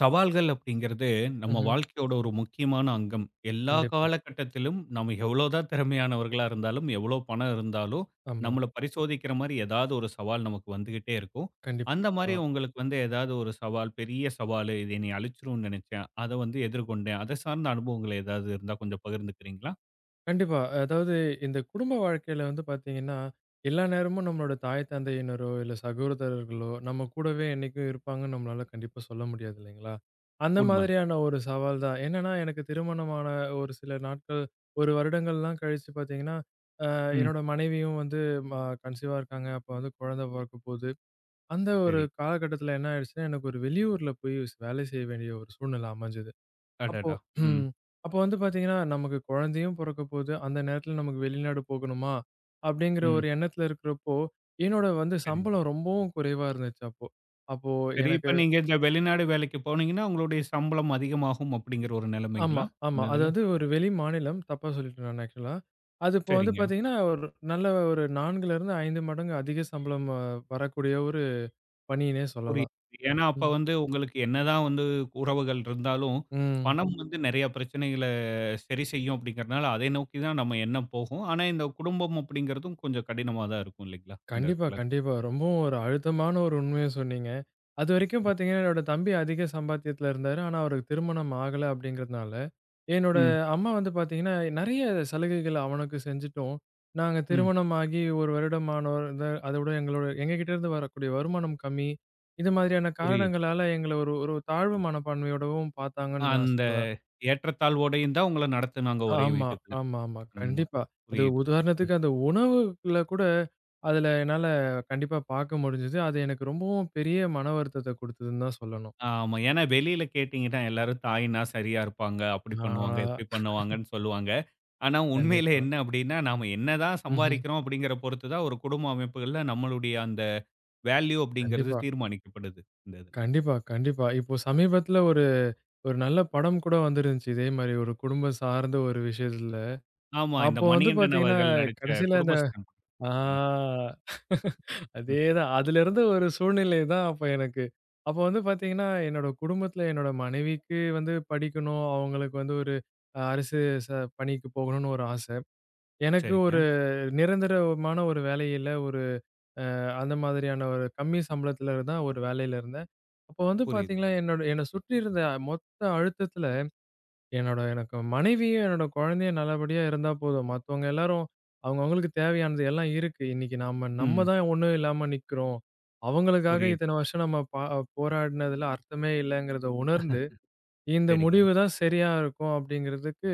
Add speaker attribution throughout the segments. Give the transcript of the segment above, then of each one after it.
Speaker 1: சவால்கள் அப்படிங்கிறது நம்ம
Speaker 2: ம்ஹ்ம்.
Speaker 1: வாழ்க்கையோட ஒரு முக்கியமான அங்கம். எல்லா
Speaker 2: கண்டிப்பா.
Speaker 1: காலகட்டத்திலும் நம்ம எவ்வளோதான் திறமையானவர்களா இருந்தாலும், எவ்வளோ பணம் இருந்தாலும்,
Speaker 2: ஆமா.
Speaker 1: நம்மள பரிசோதிக்கிற மாரி ஏதாவது ஒரு சவால் நமக்கு வந்துகிட்டே இருக்கும். அந்த மாரி
Speaker 2: கண்டிப்பா.
Speaker 1: உங்களுக்கு வந்து ஏதாவது ஒரு சவால், பெரிய சவாலு இது என்னைய அழிச்சிரும்னு நினைச்சேன். அத வந்து எதிர்கொண்டேன். அத சார்ந்த அனுபவங்கள் ஏதாவது இருந்தா கொஞ்சம் பகிர்ந்துக்கிறீங்களா?
Speaker 2: கண்டிப்பா. அதாவது இந்த குடும்ப வாழ்க்கையில வந்து பார்த்தீங்கன்னா, எல்லா நேரமும் நம்மளோட தாய் தந்தையினரோ, இல்ல சகோதரர்களோ, நம்ம கூடவே என்னைக்கும் இருப்பாங்கன்னு நம்மளால கண்டிப்பா சொல்ல முடியாது இல்லைங்களா? அந்த
Speaker 1: உண்மதான்.
Speaker 2: மாதிரியான ஒரு சவால் தான். என்னன்னா, எனக்கு திருமணமான ஒரு சில நாட்கள், ஒரு வருடங்கள்லாம் கழிச்சு பார்த்தீங்கன்னா, அ
Speaker 1: ம்.
Speaker 2: என்னோட மனைவியும் வந்து ம கன்சீவா இருக்காங்க. அப்ப வந்து குழந்தை பொறக்கப்போது. அந்த ஒரு
Speaker 1: சரி.
Speaker 2: காலகட்டத்தில என்ன ஆயிடுச்சுன்னா, எனக்கு ஒரு வெளியூர்ல போய் வேலை செய்ய வேண்டிய ஒரு சூழ்நிலை அமைஞ்சது. அப்போ
Speaker 1: அடடா! ம்.
Speaker 2: ம். அப்போ வந்து பார்த்தீங்கன்னா, நமக்கு குழந்தையும் பொறக்கப்போது, அந்த நேரத்தில நமக்கு வெளிநாடு போகணுமா? அப்படிங்கிற
Speaker 1: ம்.
Speaker 2: ஒரு எண்ணத்தில இருக்கிறப்போ, என்னோட வந்து
Speaker 1: சரிங்க.
Speaker 2: சம்பளம் ரொம்பவும் குறைவா இருந்துச்சு அப்போ. அப்போ
Speaker 1: சரி.
Speaker 2: எனக்கு
Speaker 1: இப்ப நீங்க இந்த வெளிநாடு வேலைக்கு போனீங்கன்னா, உங்களுடைய சம்பளம் அதிகமாகும் அப்படிங்கிற ஒரு
Speaker 2: ஆமா,
Speaker 1: நிலைமைங்களா?
Speaker 2: ஆமா.
Speaker 1: இந்த
Speaker 2: அது
Speaker 1: இதுல.
Speaker 2: வந்து ஒரு வெளி மாநிலம். தப்பா சொல்லிட்டேன் நான் ஆக்சுவலா. அது இப்போ வந்து
Speaker 1: சரிங்க.
Speaker 2: பார்த்தீங்கன்னா, ஒரு நல்ல ஒரு 4லிருந்து 5 மடங்கு அதிக சம்பளம் வரக்கூடிய ஒரு பணின்னே சொல்லலாம்.
Speaker 1: புரியுது. ஏன்னா, அப்ப
Speaker 2: ம்.
Speaker 1: வந்து உங்களுக்கு என்னதான் வந்து உறவுகள் இருந்தாலும்,
Speaker 2: ம்.
Speaker 1: பணம் வந்து நெறைய பிரச்சனைகள சரி செய்யும் அப்படிங்கிறதுனால, அதை நோக்கி தான் நம்ம எண்ணம் போகும். ஆனா, இந்த குடும்பம் அப்படிங்கிறதும் கொஞ்சம் கடினமா தான் இருக்கும் இல்லைங்களா? அந்த
Speaker 2: கண்டிப்பா,
Speaker 1: இடத்துல.
Speaker 2: கண்டிப்பா. ரொம்பவும் ஒரு அழுத்தமான ஒரு உண்மைய சொன்னீங்க. அதுவரைக்கும் பார்த்தீங்கன்னா, என்னோட தம்பி அதிக சம்பாத்தியத்தில இருந்தாரு. ஆனா, அவருக்கு திருமணம் ஆகல அப்படிங்கிறதுனால, என்னோட
Speaker 1: ம்,
Speaker 2: அம்மா வந்து பார்த்தீங்கன்னா, நெறைய சலுகைகள் அவனுக்கு செஞ்சுட்டோம். நாங்க
Speaker 1: ம்.
Speaker 2: திருமணம் ஆகி 1 வருடம் ஆனோர் த அதோட எங்களோட எங்ககிட்ட இருந்து வரக்கூடிய வருமானம் கம்மி. இது மாதிரியான
Speaker 1: புரியுது.
Speaker 2: காரணங்களால எங்கள ஒரு ஒரு தாழ்வு மனப்பான்மையோடவும் பார்த்தாங்கன்னு நான்
Speaker 1: அந்த
Speaker 2: சொல்லுவேன்.
Speaker 1: ஏற்றத்தாழ்வோடையும் தான் உங்கள நடத்துனாங்க ஒரே
Speaker 2: ஆமா,
Speaker 1: வீட்டுக்குள்ள.
Speaker 2: ஆமா, ஆமா.
Speaker 1: ஆமா.
Speaker 2: கண்டிப்பா. அது
Speaker 1: புரியுது. ம்.
Speaker 2: உதாரணத்துக்கு அந்த உணவுல கூட, அதுல என்னால கண்டிப்பா பார்க்க முடிஞ்சது. அது எனக்கு ரொம்பவும் பெரிய மன வருத்தத்த குடுத்ததுன்னு தான் சொல்லணும்.
Speaker 1: ஆமா. ஏன்னா வெளியில கேட்டீங்கன்னா, எல்லாரும் தாய்னா சரியா இருப்பாங்க, அப்படி பண்ணுவாங்க,
Speaker 2: ஆ
Speaker 1: இப்படி பண்ணுவாங்கன்னு சொல்லுவாங்க. ஆனா, உண்மையில
Speaker 2: கண்டிப்பா.
Speaker 1: என்ன அப்படின்னா, நாம என்னதான்
Speaker 2: ம்ஹ்ம்.
Speaker 1: சம்பாரிக்கிறோம் அப்படிங்கிற பொறுத்து தான் ஒரு குடும்ப அமைப்புகள்ல நம்மளுடைய அந்த வேல்யூ அப்படிங்கிறது
Speaker 2: கண்டிப்பா,
Speaker 1: தீர்மானிக்கப்படுது, இந்த இதுல.
Speaker 2: கண்டிப்பா, கண்டிப்பா. இப்போ சமீபத்துல ஒரு ஒரு நல்ல படம் கூட வந்திருந்துச்சு. இதே மாரி ஒரு குடும்பம் சார்ந்த ஒரு விஷயத்துல.
Speaker 1: ஆமா, இந்த
Speaker 2: அப்போ வந்து
Speaker 1: மணிகண்டன்
Speaker 2: பார்த்தீங்கன்னா,
Speaker 1: அவர்கள் நடிச்ச
Speaker 2: கடைசில அந்த
Speaker 1: குடும்பஸ்தான். படம்.
Speaker 2: ஆ.
Speaker 1: ம், ம்.
Speaker 2: அதேதான். அதிலிருந்து ஒரு சூழ்நிலை தான் அப்ப எனக்கு. அப்போ வந்து பார்த்தீங்கன்னா, என்னோட குடும்பத்தில என்னோட மனைவிக்கு வந்து படிக்கணும். அவங்களுக்கு வந்து ஒரு அரசு ச பணிக்கு போகணும்னு ஒரு ஆசை. எனக்கு
Speaker 1: சரிங்க.
Speaker 2: ஒரு நிரந்தரமான ஒரு வேலையில, ஒரு அந்த மாதிரியான ஒரு கம்மி சம்பளத்தில தான் ஒரு வேலையில இருந்தேன். அப்போ வந்து
Speaker 1: புரியுது.
Speaker 2: பார்த்தீங்கன்னா, என்னோட என்ன சுற்றி இருந்த மொத்த அழுத்தத்தில எனக்கு மனைவியும், என்னோட குழந்தையும் நல்லபடியா இருந்தா போதும். மத்தவங்க எல்லாரும் அவங்க அவங்களுக்கு தேவையானது எல்லாம் இருக்கு. இன்னைக்கு நாம நம்ம
Speaker 1: ம்.
Speaker 2: தான் ஒண்ணும் இல்லாம நிக்கிறோம். அவங்களுக்காக
Speaker 1: புரியுது.
Speaker 2: இத்தன வருஷம் நம்ம போராடினதுல அர்த்தமே இல்லங்கிறத உணர்ந்து, இந்த
Speaker 1: சரிங்க.
Speaker 2: முடிவு தான் சரியா இருக்கும் அப்படிங்கிறதுக்கு,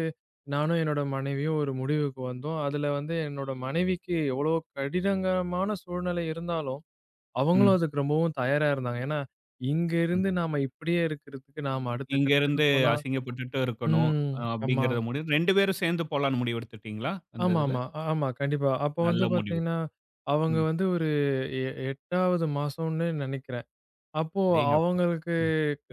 Speaker 2: நானும் என்னோட மனைவியும் ஒரு முடிவுக்கு வந்தோம். அதுல வந்து என்னோட மனைவிக்கு எவ்வளோ கடினங்கரமான சூழ்நிலை இருந்தாலும், அவங்களும்
Speaker 1: ம்,
Speaker 2: அதுக்கு ரொம்பவும் தயாரா இருந்தாங்க. ஏன்னா, இங்க
Speaker 1: ம்.
Speaker 2: இருந்து நாம இப்படியே இருக்கிறதுக்கு நாம அடுத்த
Speaker 1: இங்க
Speaker 2: கட்டத்துக்கு
Speaker 1: இருந்து
Speaker 2: போனா
Speaker 1: அசிங்கப்பட்டுட்டு இருக்கணும்
Speaker 2: ம். ஆமா.
Speaker 1: அப்படிங்கிறத முடிவு 2 பேரும் சேர்ந்து போலான்னு முடிவெடுத்துட்டீங்களா? அந்த
Speaker 2: ஆமாமா.
Speaker 1: இதுல.
Speaker 2: ஆமா. ஆமா கண்டிப்பா. அப்போ
Speaker 1: நல்ல
Speaker 2: வந்து
Speaker 1: முடிவு.
Speaker 2: பாத்தீங்கன்னா, அவங்க
Speaker 1: ம்.
Speaker 2: வந்து ஒரு 8வது மாசம்னு நெனைக்கிறேன். அப்போ
Speaker 1: அடேங்கப்பா!
Speaker 2: அவங்களுக்கு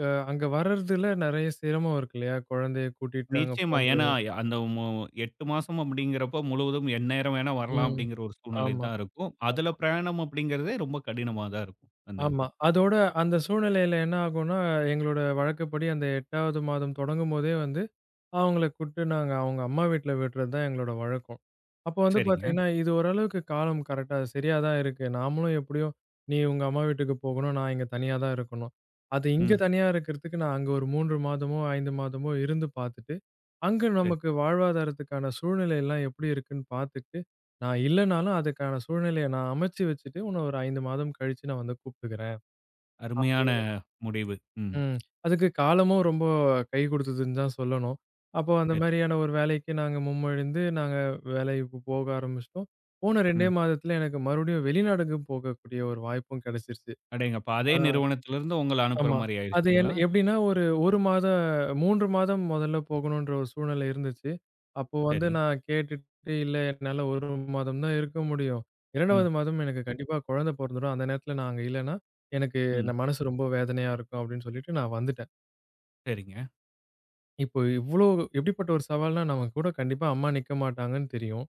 Speaker 2: அங்க வர்றதுல நெறைய சிரமம் இருக்கு இல்லையா? குழந்தைய கூட்டிட்டு அங்க
Speaker 1: நிச்சயமா.
Speaker 2: போ
Speaker 1: ஏன்னா,
Speaker 2: முடியாது.
Speaker 1: அந்த 8 மாசம் அப்படிங்கிறப்போ முழுவதும் எந்நேரம் வேணா வரலாம்
Speaker 2: ம்.
Speaker 1: அப்படிங்கிற ஒரு சூழ்நிலை
Speaker 2: ஆமா,
Speaker 1: தான் இருக்கும். அதுல பிரயாணம் அப்படிங்கிறதே ரொம்ப கடினமா தான் இருக்கும். அந்த இதுல.
Speaker 2: ஆமா. அதோட அந்த சூழ்நிலையில என்ன ஆகும்னா, எங்களோட வழக்கப்படி அந்த 8வது மாதம் தொடங்கும்போதே வந்து அவங்கள கூப்ட்டு நாங்க அவங்க அம்மா வீட்ல விடுறது தான் எங்களோட வழக்கம். அப்போ வந்து
Speaker 1: சரிங்க.
Speaker 2: பார்த்தீங்கன்னா, இது ஓரளவுக்கு காலம் கரெக்ட்டா சரியா தான் இருக்கு. நாமளும் எப்படியும் நீ உங்க அம்மா வீட்டுக்கு போகணும். நான் இங்க தனியா தான் இருக்கணும். அது இங்க
Speaker 1: ம்.
Speaker 2: தனியா இருக்கிறதுக்கு நான் அங்க ஒரு 3 மாதமோ, 5 மாதமோ இருந்து பார்த்துட்டு, அங்க
Speaker 1: சரி.
Speaker 2: நமக்கு வாழ்வாதாரத்துக்கான சூழ்நிலை எல்லாம் எப்படி இருக்குன்னு பார்த்துட்டு, நான் இல்லனாலும் அதுக்கான சூழ்நிலைய நான் அமைச்சு வச்சுட்டு, உன்ன ஒரு 5 மாதம் கழிச்சு நான் வந்து கூப்பிட்டுக்கிறேன்.
Speaker 1: அருமையான முடிவு. ம்.
Speaker 2: ம். அதுக்கு காலமும் ரொம்ப கை குடுத்ததுன்னு தான் சொல்லணும். அப்போ அந்த
Speaker 1: சரி.
Speaker 2: மாரியான ஒரு வேலைக்கு நாங்க முன்மொழிந்து, நாங்க வேலைக்கு போக ஆரம்பிச்சுட்டோம். போன 2
Speaker 1: ம்.
Speaker 2: மாதத்துல எனக்கு மறுபடியும் வெளிநாடுக்கு போகக்கூடிய ஒரு வாய்ப்பும் கிடைச்சிருச்சு.
Speaker 1: அடேங்கப்பா! அதே
Speaker 2: ஆ.
Speaker 1: நிறுவனத்திலிருந்து உங்கள அனுப்புற
Speaker 2: ஆமா.
Speaker 1: மாரி
Speaker 2: அது என்
Speaker 1: ஆயிருச்சுங்களா?
Speaker 2: எப்படின்னா ஒரு 1 மாத 3 மாதம் முதல்ல போகணுன்ற ஒரு சூழ்நிலை இருந்துச்சு. அப்போ வந்து
Speaker 1: சரி.
Speaker 2: நான் கேட்டுட்டு, "இல்ல என்னால 1 மாதம் தான் இருக்க முடியும்.
Speaker 1: ம்.
Speaker 2: 2வது மாதம் எனக்கு கண்டிப்பா குழந்தை பொறந்துடும். அந்த நேரத்துல நான் அங்க இல்லன்னா, எனக்கு
Speaker 1: ம்.
Speaker 2: ந மனசு ரொம்ப வேதனையா இருக்கும்" அப்படின்னு சொல்லிட்டு நான் வந்துட்டேன்.
Speaker 1: சரிங்க.
Speaker 2: இப்போ இவ்ளோ எப்படிப்பட்ட ஒரு சவால்னா, நம்ம கூட கண்டிப்பா அம்மா நிக்க மாட்டாங்கன்னு தெரியும்.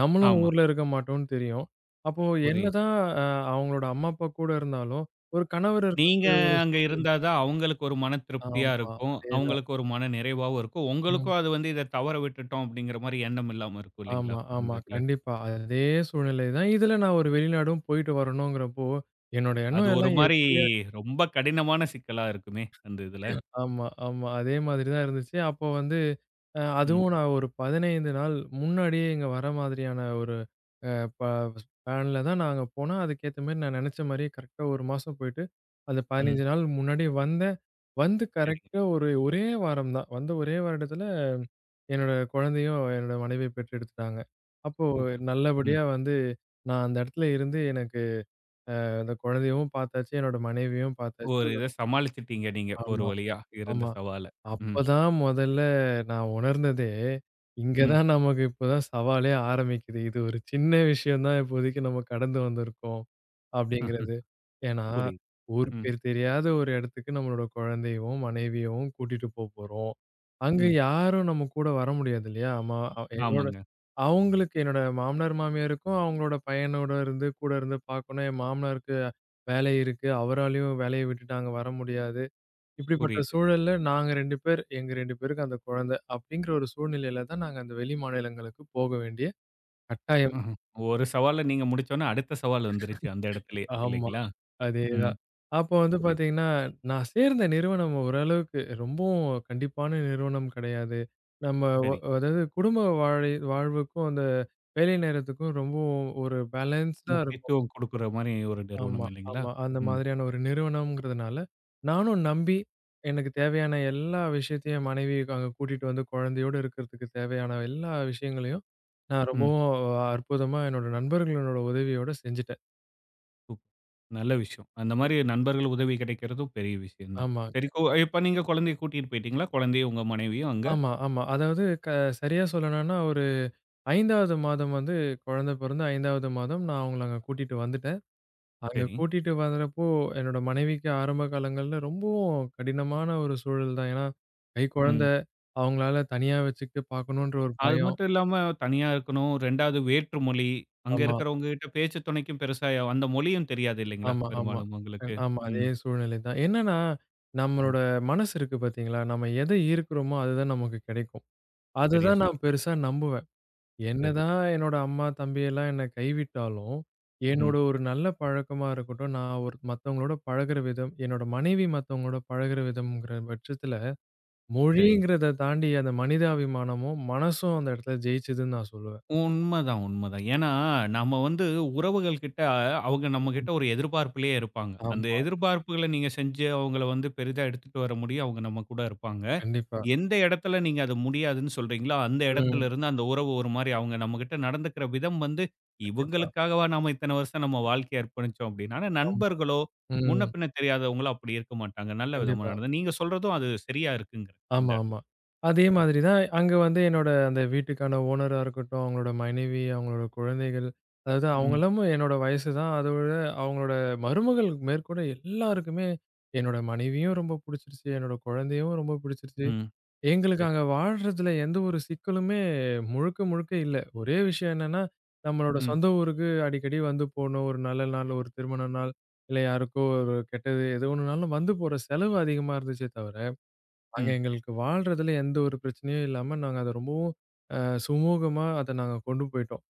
Speaker 2: நம்மளும்
Speaker 1: ஆமா.
Speaker 2: ஊர்ல இருக்க மாட்டோம்னு தெரியும். அப்போ
Speaker 1: புரியுது.
Speaker 2: என்னதான் அ அவங்களோட அம்மா, அப்பா கூட இருந்தாலும், ஒரு கணவர்
Speaker 1: நீங்க
Speaker 2: இருக்கக்கூடிய ஒரு
Speaker 1: அங்க
Speaker 2: சூழல்
Speaker 1: இருந்தா தான் அவங்களுக்கு ஒரு மன திருப்தியா
Speaker 2: ஆமா.
Speaker 1: இருக்கும்.
Speaker 2: அதேதான்.
Speaker 1: அவங்களுக்கு ஒரு மன நிறைவாவும் இருக்கும்.
Speaker 2: ம்.
Speaker 1: உங்களுக்கும் அது வந்து இத தவற விட்டுட்டோம் அப்படிங்கிற மாரி எண்ணம் இல்லாம இருக்கும் இல்லைங்களா?
Speaker 2: ஆமா,
Speaker 1: இந்த
Speaker 2: ஆமா.
Speaker 1: இதுல.
Speaker 2: கண்டிப்பா. அதே சூழ்நிலை தான். இதுல நான் ஒரு வெளிநாடும் போயிட்டு வரணுங்கிறப்போ, என்னோட
Speaker 1: அது
Speaker 2: எண்ணம்
Speaker 1: ஒரு
Speaker 2: எல்லாம்
Speaker 1: மாரி
Speaker 2: எப்படி
Speaker 1: ரொம்ப கடினமான சிக்கலா இருக்குமே! அந்த இதுல.
Speaker 2: ஆமா, ஆமா. அதே மாதிரி தான் இருந்துச்சு. அப்போ வந்து
Speaker 1: ம்,
Speaker 2: அதுவும் நான் ஒரு 15 நாள் முன்னாடியே இங்க வர மாதிரியான ஒரு அ ப பிளான்ல தான் நாங்க போனோம். அதுக்கேத்த மாரி நான் நெனச்ச மாரியே கரெக்ட்டா 1 மாசம் போயிட்டு, அந்த
Speaker 1: ம்.
Speaker 2: 15 நாள் முன்னாடி வந்தேன். வந்து
Speaker 1: சரிங்க.
Speaker 2: கரெக்ட்டா ஒரே வாரம் தான். வந்த ஒரே வருடத்துல என்னோட குழந்தையும், என்னோட மனைவியும் பெற்றெடுத்துட்டாங்க. அப்போ
Speaker 1: சூப்பர். ம்.
Speaker 2: நல்லபடியா வந்து நான் அந்த இடத்துல இருந்து எனக்கு அந்த குழந்தையவும் பார்த்தாச்சு, என்னோட மனைவியும் பார்த்தாச்சு.
Speaker 1: ஒரு இத சமாளிச்சுட்டீங்க நீங்க. ஒரு
Speaker 2: ஆமா,
Speaker 1: வழியா இருந்த
Speaker 2: ஆமா.
Speaker 1: சவால. ம்,
Speaker 2: அப்பதான் முதல்ல நான் உணர்ந்ததே, இங்க ம்.
Speaker 1: ம்.
Speaker 2: தான் நமக்கு இப்பதான் சவாலே ஆரம்பிக்குது. இது ஒரு சின்ன விஷயம் தான் இப்போதைக்கு நம்ம கடந்து வந்திருக்கோம் அப்படிங்கிறது. ஏன்னா, ம்.
Speaker 1: புரியுது.
Speaker 2: ஊர்
Speaker 1: ம்,
Speaker 2: பேர் தெரியாத ஒரு இடத்துக்கு நம்மளோட குழந்தையவும், மனைவியவும் கூட்டிட்டு போப்போறோம். அங்க
Speaker 1: ம்.
Speaker 2: யாரும் நம்ம கூட வர முடியாது இல்லையா? அம்மா என்னோட
Speaker 1: ஆமாங்க.
Speaker 2: அவங்களுக்கு என்னோட மாமனார், மாமியாருக்கும் அவங்களோட பையனோட இருந்து கூட இருந்து பார்க்கணும். என் மாமனாருக்கு வேலை இருக்கு. அவராலயும் வேலைய விட்டுட்டு அங்க வர முடியாது. இப்படிப்பட்ட
Speaker 1: புரியுது.
Speaker 2: சூழல்ல நாங்க 2 பேர், எங்க 2 பேருக்கு அந்த குழந்தை. அப்படிங்கிற ஒரு சூழ்நிலையில தான் நாங்க அந்த வெளி மாநிலங்களுக்கு போக வேண்டிய கட்டாயம்.
Speaker 1: ம்ஹ்ம். ஒரு சவால நீங்க முடிச்சோனே, அடுத்த சவால் வந்துருச்சு அந்த இடத்துலயே
Speaker 2: ஆமா.
Speaker 1: இல்லைங்களா? ம்.
Speaker 2: அதேதான். அப்போ வந்து
Speaker 1: புரியுது.
Speaker 2: பார்த்தீங்கன்னா, நான் சேர்ந்த நிறுவனம் ஓரளவுக்கு ரொம்பவும் கண்டிப்பான நிறுவனம் கிடையாது. நம்ம
Speaker 1: சரி.
Speaker 2: அதாவது குடும்ப வாழை வாழ்வுக்கும், அந்த வேலை நேரத்துக்கும் ரொம்பவும் ஒரு பேலன்ஸ்டா இருக்கும்.
Speaker 1: முக்கியத்துவம் குடுக்குற மாரி ஒரு நிறுவனம்
Speaker 2: ஆமா,
Speaker 1: இல்லைங்களா?
Speaker 2: ஆமா. அந்த
Speaker 1: ம்,
Speaker 2: மாதிரியான ஒரு நிறுவனம்ங்கிறதுனால, நானும் நம்பி எனக்கு தேவையான எல்லா விஷயத்தையும் என் மனைவி அங்க கூட்டிட்டு வந்து குழந்தையோட இருக்கிறதுக்கு தேவையான எல்லா விஷயங்களையும் நான்
Speaker 1: ம்.
Speaker 2: ரொம்பவும் அற்புதமா என்னோட நண்பர்களோட உதவியோட செஞ்சுட்டேன்.
Speaker 1: சூப் நல்ல விஷயம். அந்த மாரி நண்பர்கள் உதவி கிடைக்கிறதும் பெரிய விஷயம் தான். சரி,
Speaker 2: ஆமாங்க.
Speaker 1: கோ இப்ப நீங்க குழந்தைய கூட்டிட்டு போயிட்டீங்களா? குழந்தையும், உங்க மனைவியும் அங்க?
Speaker 2: ஆமா, ஆமா. அதாவது சரியா சொல்லணும்னா ஒரு 5வது மாதம் வந்து குழந்தை பிறந்து 5வது மாதம் நான் அவங்கள அங்க கூட்டிட்டு வந்துட்டேன். அங்க
Speaker 1: சரி.
Speaker 2: கூட்டிட்டு வரப்போ, என்னோட மனைவிக்கு ஆரம்ப காலங்கள்ல ரொம்பவும் கடினமான ஒரு சூழல் தான். ஏன்னா,
Speaker 1: ம்.
Speaker 2: கைக்குழந்தை. அவங்களால தனியா வச்சுக்கிட்டு பார்க்கணுன்ற ஒரு
Speaker 1: அது
Speaker 2: பயம்.
Speaker 1: மட்டும் இல்லாம தனியா இருக்கணும். 2வது வேற்று மொழி. அங்க
Speaker 2: ஆமா,
Speaker 1: இருக்கிறவங்க கிட்ட பேச்சு துணைக்கும் பெருசா அந்த மொழியும் தெரியாது இல்லைங்களா?
Speaker 2: ஆமா, ஆமா.
Speaker 1: பெரும்பாலும் உங்களுக்கு.
Speaker 2: ஆமா.
Speaker 1: ம்,
Speaker 2: அதே சூழ்நிலை தான். என்னன்னா,
Speaker 1: ம்.
Speaker 2: நம்மளோட மனசு இருக்கு பார்த்தீங்களா? நம்ம எத ஈர்க்கிறோமோ, அதுதான் நமக்கு கிடைக்கும்.
Speaker 1: சரியா
Speaker 2: அதுதான் நான்
Speaker 1: சொன்னீங்க.
Speaker 2: பெருசா நம்புவேன்.
Speaker 1: சரிங்க.
Speaker 2: என்னதான் என்னோட அம்மா, தம்பி எல்லாம் என்ன கைவிட்டாலும்,
Speaker 1: ம்.
Speaker 2: என்னோட ஒரு நல்ல பழக்கமா இருக்கட்டும், நான் ஒரு மத்தவங்களோட பழகுற விதம், என்னோட மனைவி மத்தவங்களோட பழகுற விதம்ங்கிற பட்சத்துல,
Speaker 1: சரிங்க.
Speaker 2: மொழிங்கிறத தாண்டி அந்த மனிதாபிமானமும், மனசும் அந்த இடத்துல ஜெயிச்சதுன்னு நான் சொல்லுவேன்.
Speaker 1: உண்மதான், உண்மதான். ஏன்னா, நம்ம வந்து உறவுகள் கிட்ட அவங்க நம்மகிட்ட ஒரு எதிர்பார்ப்பிலேயே இருப்பாங்க. அந்த
Speaker 2: ஆமா,
Speaker 1: எதிர்பார்ப்புகள நீங்க செஞ்சு அவங்கள வந்து பெரிதா எடுத்துட்டு வர முடியும். அவங்க நம்ம கூட இருப்பாங்க.
Speaker 2: கண்டிப்பா.
Speaker 1: எந்த இடத்துல நீங்க அது முடியாதுன்னு சொல்றீங்களோ, அந்த
Speaker 2: ம்.
Speaker 1: இடத்துல இருந்து அந்த உறவு ஒரு மாரி அவங்க நம்மகிட்ட நடந்துக்கிற விதம் வந்து,
Speaker 2: கண்டிப்பா.
Speaker 1: இவங்களுக்காகவா நாம இத்தன வருஷம் நம்ம வாழ்க்கைய அர்ப்பணிச்சோம் அப்டின்னா, ஆனா
Speaker 2: ஆமா.
Speaker 1: நண்பர்களோ, முன்ன
Speaker 2: ம்.
Speaker 1: பின்ன தெரியாதவங்களோ அப்படி இருக்க மாட்டாங்க. நல்ல விதமா
Speaker 2: கண்டிப்பா.
Speaker 1: நடந்து நீங்க சொல்றதும் அது சரியா இருக்குங்கிறது இந்த
Speaker 2: ஆமா, ஆமா.
Speaker 1: இடத்துல.
Speaker 2: அதே
Speaker 1: ம்,
Speaker 2: மாதிரி தான் அங்க வந்து என்னோட அந்த வீட்டுக்கான ஓனரா இருக்கட்டும், அவங்களோட மனைவி, அவங்களோட குழந்தைகள், அதாவது
Speaker 1: ம்,
Speaker 2: அவங்களும் என்னோட வயசு தான். அதோட அவங்களோட மருமகள் மேற்கொண்டு எல்லாருக்குமே என்னோட மனைவியும் ரொம்ப புடிச்சிருச்சு. என்னோட குழந்தையும் ரொம்ப புடிச்சிருச்சு.
Speaker 1: ம். சரி.
Speaker 2: எங்களுக்கு அங்க வாழ்றதுல எந்த ஒரு சிக்கலுமே முழுக்க முழுக்க இல்ல. ஒரே விஷயம் என்னன்னா, நம்மளோட
Speaker 1: ம்,
Speaker 2: சொந்த ஊருக்கு அடிக்கடி வந்து போணும். ஒரு நல்ல நாள், ஒரு திருமண நாள், இல்ல யாருக்கோ ஒரு கெட்டது எது ஒண்ணுனாலும் வந்து போற செலவு அதிகமா இருந்துச்சே தவிர, அங்க
Speaker 1: ம்.
Speaker 2: எங்களுக்கு வாழ்றதுல எந்த ஒரு பிரச்சனையும் இல்லாம நாங்க அத ரொம்பவும் அ சுமூகமா அத நாங்க கொண்டு போயிட்டோம்.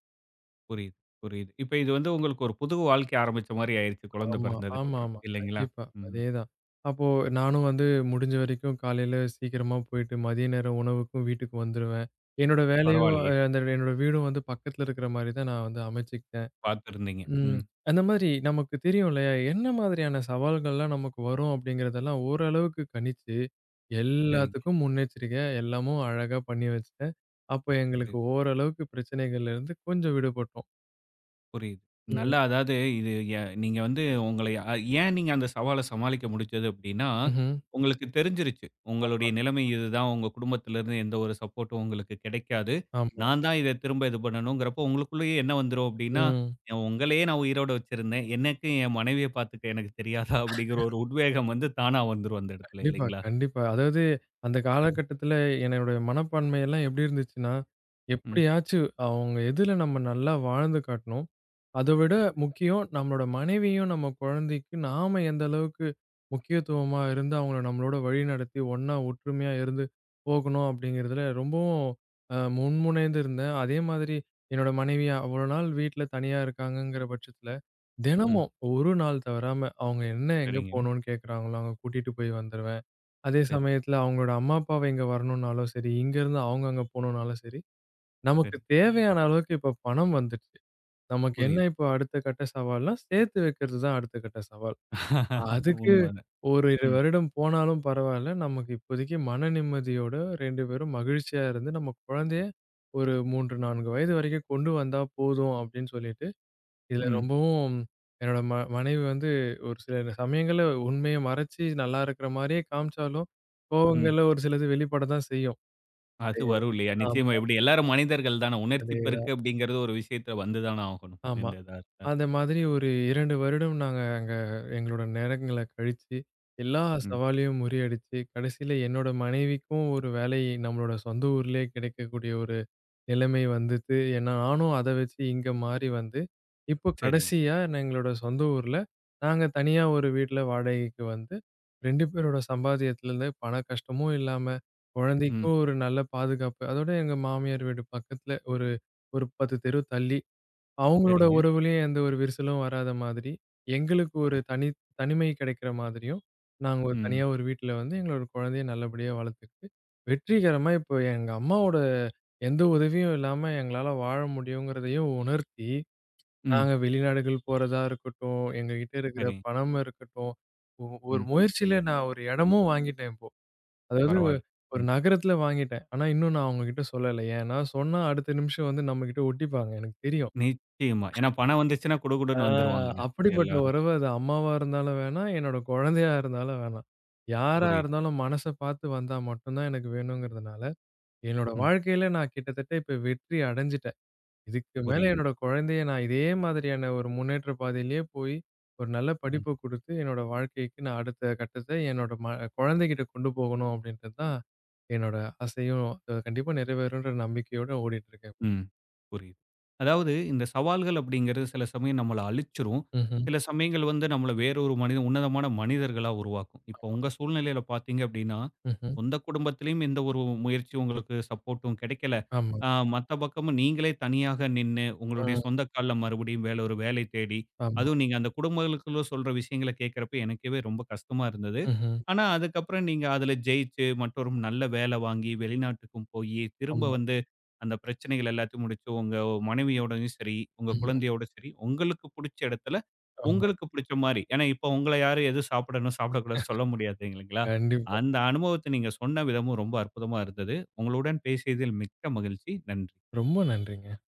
Speaker 1: புரியுது, புரியுது. இப்ப இது வந்து உங்களுக்கு ஒரு புது வாழ்க்கை ஆரம்பிச்ச மாரி ஆயிருச்சு குழந்தை
Speaker 2: ஆமா,
Speaker 1: பிறந்ததுக்கு அப்புறம்.
Speaker 2: ஆமாமா.
Speaker 1: இல்லைங்களா?
Speaker 2: கண்டிப்பா.
Speaker 1: ம்.
Speaker 2: அதேதான். அப்போ நானும் வந்து முடிஞ்ச வரைக்கும் காலையில சீக்கிரமா போயிட்டு, மதிய நேரம் உணவுக்கும் வீட்டுக்கு வந்துருவேன். என்னோட வேலையும்
Speaker 1: பரவாயில்லையே!
Speaker 2: அந்த என்னோட வீடும் வந்து பக்கத்துல இருக்கிற மாரி தான் நான் வந்து அமைச்சுக்கிட்டேன்.
Speaker 1: பார்த்துருந்தீங்க.
Speaker 2: ம்.
Speaker 1: ம்.
Speaker 2: அந்த மாதிரி நமக்கு தெரியும் இல்லையா? என்ன மாதிரியான சவால்கள்லாம் நமக்கு வரும் அப்படிங்கிறதெல்லாம் ஓரளவுக்கு கணிச்சு,
Speaker 1: சரிங்க.
Speaker 2: எல்லாத்துக்கும் முன்னெச்சரிக்கையா எல்லாமும் அழகா பண்ணி வச்சுட்டேன். அப்போ எங்களுக்கு
Speaker 1: புரியுது.
Speaker 2: ஓரளவுக்கு பிரச்சனைகள்ல இருந்து கொஞ்சம் விடுபட்டோம்.
Speaker 1: புரியுது.
Speaker 2: ம்.
Speaker 1: நல்லா அதாவது இது எ நீங்க வந்து உங்கள அ ஏன் நீங்க அந்த சவால சமாளிக்க முடிஞ்சது அப்டின்னா,
Speaker 2: ம்ஹ்ம்.
Speaker 1: உங்களுக்கு தெரிஞ்சிருச்சு.
Speaker 2: ஆமா,
Speaker 1: உங்களுடைய நிலைமை இதுதான். உங்க குடும்பத்திலருந்து எந்த ஒரு சப்போர்ட்டும் உங்களுக்கு கிடைக்காது.
Speaker 2: ஆமா.
Speaker 1: நான் தான் இத திரும்ப இது பண்ணணுங்கிறப்போ, உங்களுக்குள்ளேயே என்ன வந்துரும் அப்டின்னா,
Speaker 2: ம்.
Speaker 1: உங்களையே நான் உயிரோட வச்சிருந்தேன். எனக்கு என் மனைவிய பார்த்துக்க எனக்கு தெரியாதா? அப்டிங்கிற ஒரு உத்வேகம் வந்து தானா வந்துரும் அந்த இடத்துல
Speaker 2: கண்டிப்பா,
Speaker 1: இல்லைங்களா?
Speaker 2: கண்டிப்பா. அதாவது அந்த காலகட்டத்துல என்னுடைய மனப்பான்மை எல்லாம் எப்படி இருந்துச்சுன்னா,
Speaker 1: ம்,
Speaker 2: எப்படியாச்சு அவங்க எதுல நம்ம நல்லா வாழ்ந்து காட்டணும். அத விட முக்கியம் நம்மளோட மனைவியும், நம்ம குழந்தைக்கு நாம எந்த அளவுக்கு முக்கியத்துவமா இருந்து அவங்கள நம்மளோட வழிநடத்தி ஒண்ணா ஒற்றுமையா இருந்து போகணும் அப்படிங்கிறதுல ரொம்பவும் முன்முனைந்து இருந்தேன். அதே மாதிரி என்னோட மனைவி அவ்வளோ நாள் வீட்ல தனியா இருக்காங்கங்கிற பட்சத்துல,
Speaker 1: ம்.
Speaker 2: தினமும் ஒரு நாள் தவறாம அவங்க என்ன எங்க
Speaker 1: சரிங்க.
Speaker 2: போணும்னு கேட்கறாங்களோ அங்க கூட்டிட்டு போய் வந்துருவேன். அதே
Speaker 1: சரி,
Speaker 2: சமயத்துல அவங்களோட அம்மா, அப்பாவ இங்க வரணும்னாலும் சரி, இங்கருந்து அவங்க அங்க போணும்னாலும் சரி, நமக்கு
Speaker 1: சரி.
Speaker 2: தேவையான அளவுக்கு இப்ப பணம் வந்துடுச்சு. நமக்கு என்ன
Speaker 1: புரியுது.
Speaker 2: இப்போ அடுத்த கட்ட சவால்னா, சேர்த்து வைக்கிறது தான் அடுத்த கட்ட சவால். அதுக்கு
Speaker 1: உண்மதான்.
Speaker 2: ஓரிரு
Speaker 1: ம்,
Speaker 2: வருடம் போனாலும் பரவால்ல. நமக்கு இப்போதைக்கு மன நிம்மதியோட 2 பேரும் மகிழ்ச்சியா இருந்து, நம்ம குழந்தைய ஒரு 3, 4 வயது வரைக்கும் கொண்டு வந்தா போதும் அப்படின்னு சொல்லிட்டு இதுல
Speaker 1: ம்,
Speaker 2: ரொம்பவும் என்னோட மனைவி வந்து ஒரு சில சமயங்கள்ல உண்மைய மறைச்சு நல்லா இருக்கிற மாரியே காமிச்சாலும்,
Speaker 1: ம்.
Speaker 2: கோவங்கள்ல ஒரு சிலது வெளிப்பட தான் செய்யும்.
Speaker 1: அது
Speaker 2: அதேதான்.
Speaker 1: வரும் இல்லையா? நிச்சயமா.
Speaker 2: ஆமா,
Speaker 1: எப்படி எல்லாரும் மனிதர்கள் தான. உணர்ச்சி
Speaker 2: அதேதான்.
Speaker 1: பெருக்கு அப்படிங்கிறது ஒரு விஷயத்துல வந்து தான ஆகணும்.
Speaker 2: ஆமா.
Speaker 1: எந்த இதா இருந்தாலும்.
Speaker 2: அந்த மாதிரி ஒரு 2 வருடம் நாங்க அங்க எங்களோட நேரங்கள கழிச்சு, எல்லா
Speaker 1: ம்.
Speaker 2: சவாலையும் முறியடிச்சு, கடைசியில என்னோட மனைவிக்கும் ஒரு வேலை நம்மளோட சொந்த ஊர்லயே கிடைக்கக்கூடிய ஒரு நிலைமை வந்துச்சு. ஏன்னா, நானும் அத வச்சு இங்க மாறி வந்து, இப்போ
Speaker 1: சரிங்க.
Speaker 2: கடைசியா நான் எங்களோட சொந்த ஊர்ல, நாங்க தனியா ஒரு வீட்ல வாடகைக்கு வந்து, 2 பேரோட சம்பாத்தியத்திலருந்து பண கஷ்டமும் இல்லாம,
Speaker 1: ம்.
Speaker 2: குழந்தைக்கும் ஒரு நல்ல பாதுகாப்பு. அதோட எங்க மாமியார் வீடு பக்கத்துல ஒரு ஒரு 10 தெரு தள்ளி அவங்களோட
Speaker 1: சரிங்க.
Speaker 2: உறவுலயும் எந்த ஒரு விரிசலும் வராத மாதிரி, எங்களுக்கு ஒரு
Speaker 1: சரி.
Speaker 2: தனி தனிமை கிடைக்கிற மாதிரியும், நாங்க ஒரு
Speaker 1: ம்.
Speaker 2: தனியா ஒரு வீட்ல வந்து எங்களோட குழந்தைய நல்லபடியா வளர்த்துக்கிட்டு, வெற்றிகரமா இப்போ எங்க அம்மாவோட எந்த உதவியும் இல்லாம எங்களால வாழ முடியுங்கிறதையும் உணர்த்தி,
Speaker 1: ம்.
Speaker 2: நாங்க வெளிநாடுகள் போறதா இருக்கட்டும், எங்ககிட்ட இருக்கிற
Speaker 1: சரி.
Speaker 2: பணம் இருக்கட்டும், ஒ ஒரு
Speaker 1: ம்.
Speaker 2: முயற்சியில நான் ஒரு இடமும் வாங்கிட்டேன் இப்போ. அதாவது
Speaker 1: பரவால்ல.
Speaker 2: ஒரு
Speaker 1: ம்.
Speaker 2: நகரத்துல வாங்கிட்டேன். ஆனா இன்னும் நான் அவங்ககிட்ட சொல்லல. ஏன்னா சொன்னா அடுத்த நிமிஷம் வந்து நம்மகிட்ட ஒட்டிப்பாங்க எனக்கு தெரியும்.
Speaker 1: நிச்சயமா. ஏன்னா பணம் வந்துச்சுன்னா
Speaker 2: ஆ
Speaker 1: குடுகுடுன்னு வந்துருவாங்கல்ல
Speaker 2: அப்படிப்பட்ட
Speaker 1: எல்லாரும்.
Speaker 2: உறவு அது அம்மாவா இருந்தாலும் வேணாம், என்னோட குழந்தையா இருந்தாலும் வேணாம். யாரா
Speaker 1: புரியுது.
Speaker 2: இருந்தாலும் மனச பார்த்து வந்தா மட்டும் தான் எனக்கு வேணுங்கிறதுனால, என்னோட
Speaker 1: ம்.
Speaker 2: வாழ்க்கையில நான் கிட்டத்தட்ட இப்ப வெற்றி அடைஞ்சுட்டேன். இதுக்கு மேல என்னோட
Speaker 1: புரியுதுங்க.
Speaker 2: குழந்தைய நான் இதே மாதிரியான ஒரு முன்னேற்ற பாதையிலேயே போய், ஒரு நல்ல
Speaker 1: ம்.
Speaker 2: படிப்ப குடுத்து என்னோட வாழ்க்கைக்கு நான் அடுத்த கட்டத்த என்னோட குழந்தைகிட்ட கொண்டு போகணும் அப்படின்றது தான் என்னோட ஆசையும், அது கண்டிப்பா நிறைவேறும்ன்ற நம்பிக்கையோட ஓடிட்டு இருக்கேன்.
Speaker 1: ம். புரியுது. அதாவது இந்த சவால்கள் அப்படிங்கிறது சில சமயம் நம்மள அழிச்சிரும்.
Speaker 2: ம்ஹ்ம்.
Speaker 1: சில சமயங்கள் வந்து நம்மள வேறொரு மனித உன்னதமான மனிதர்களா உருவாக்கும். இப்போ உங்க சூழ்நிலையில பார்த்தீங்க அப்படின்னா,
Speaker 2: ம்ஹ்ம்.
Speaker 1: சொந்த குடும்பத்திலயும் எந்த ஒரு முயற்சி உங்களுக்கு சப்போர்ட்டும் கிடைக்கல.
Speaker 2: ஆமா.
Speaker 1: அ மத்த பக்கமும் நீங்களே தனியாக நின்னு, உங்களுடைய
Speaker 2: ம்.
Speaker 1: சொந்த கால்ல மறுபடியும் ஒரு வேலை தேடி,
Speaker 2: ஆமா.
Speaker 1: அதுவும் நீங்க அந்த குடும்பங்களுக்குள்ள சொல்ற விஷயங்கள கேட்கிறப்ப எனக்கவே ரொம்ப கஷ்டமா இருந்தது.
Speaker 2: ம்ஹ்ம்.
Speaker 1: ஆனா, அதுக்கப்புறம் நீங்க அதுல ஜெயிச்சு, மற்றும் நல்ல வேல வாங்கி, வெளிநாட்டுக்கும் போயி, திரும்ப
Speaker 2: ஆமா.
Speaker 1: வந்து அந்த பிரச்சனைகள் எல்லாத்தையும் முடிச்சு, உங்க மனைவியோடயும் சரி, உங்க
Speaker 2: ம்.
Speaker 1: குழந்தையோட சரி, உங்களுக்கு புடிச்ச இடத்துல,
Speaker 2: ஆமா.
Speaker 1: உங்களுக்கு புடிச்ச மாரி. ஏன்னா, இப்ப உங்கள யாரும் எது சாப்பிடணும், சாப்பிடக்கூடாதுன்னு சொல்ல முடியாது இல்லைங்களா?
Speaker 2: கண்டிப்பா.
Speaker 1: அந்த அனுபவத்த நீங்க சொன்ன விதமும் ரொம்ப அற்புதமா இருந்தது. உங்களுடன் பேசியதில் மிக்க மகிழ்ச்சி. நன்றி.
Speaker 2: ரொம்ப நன்றிங்க.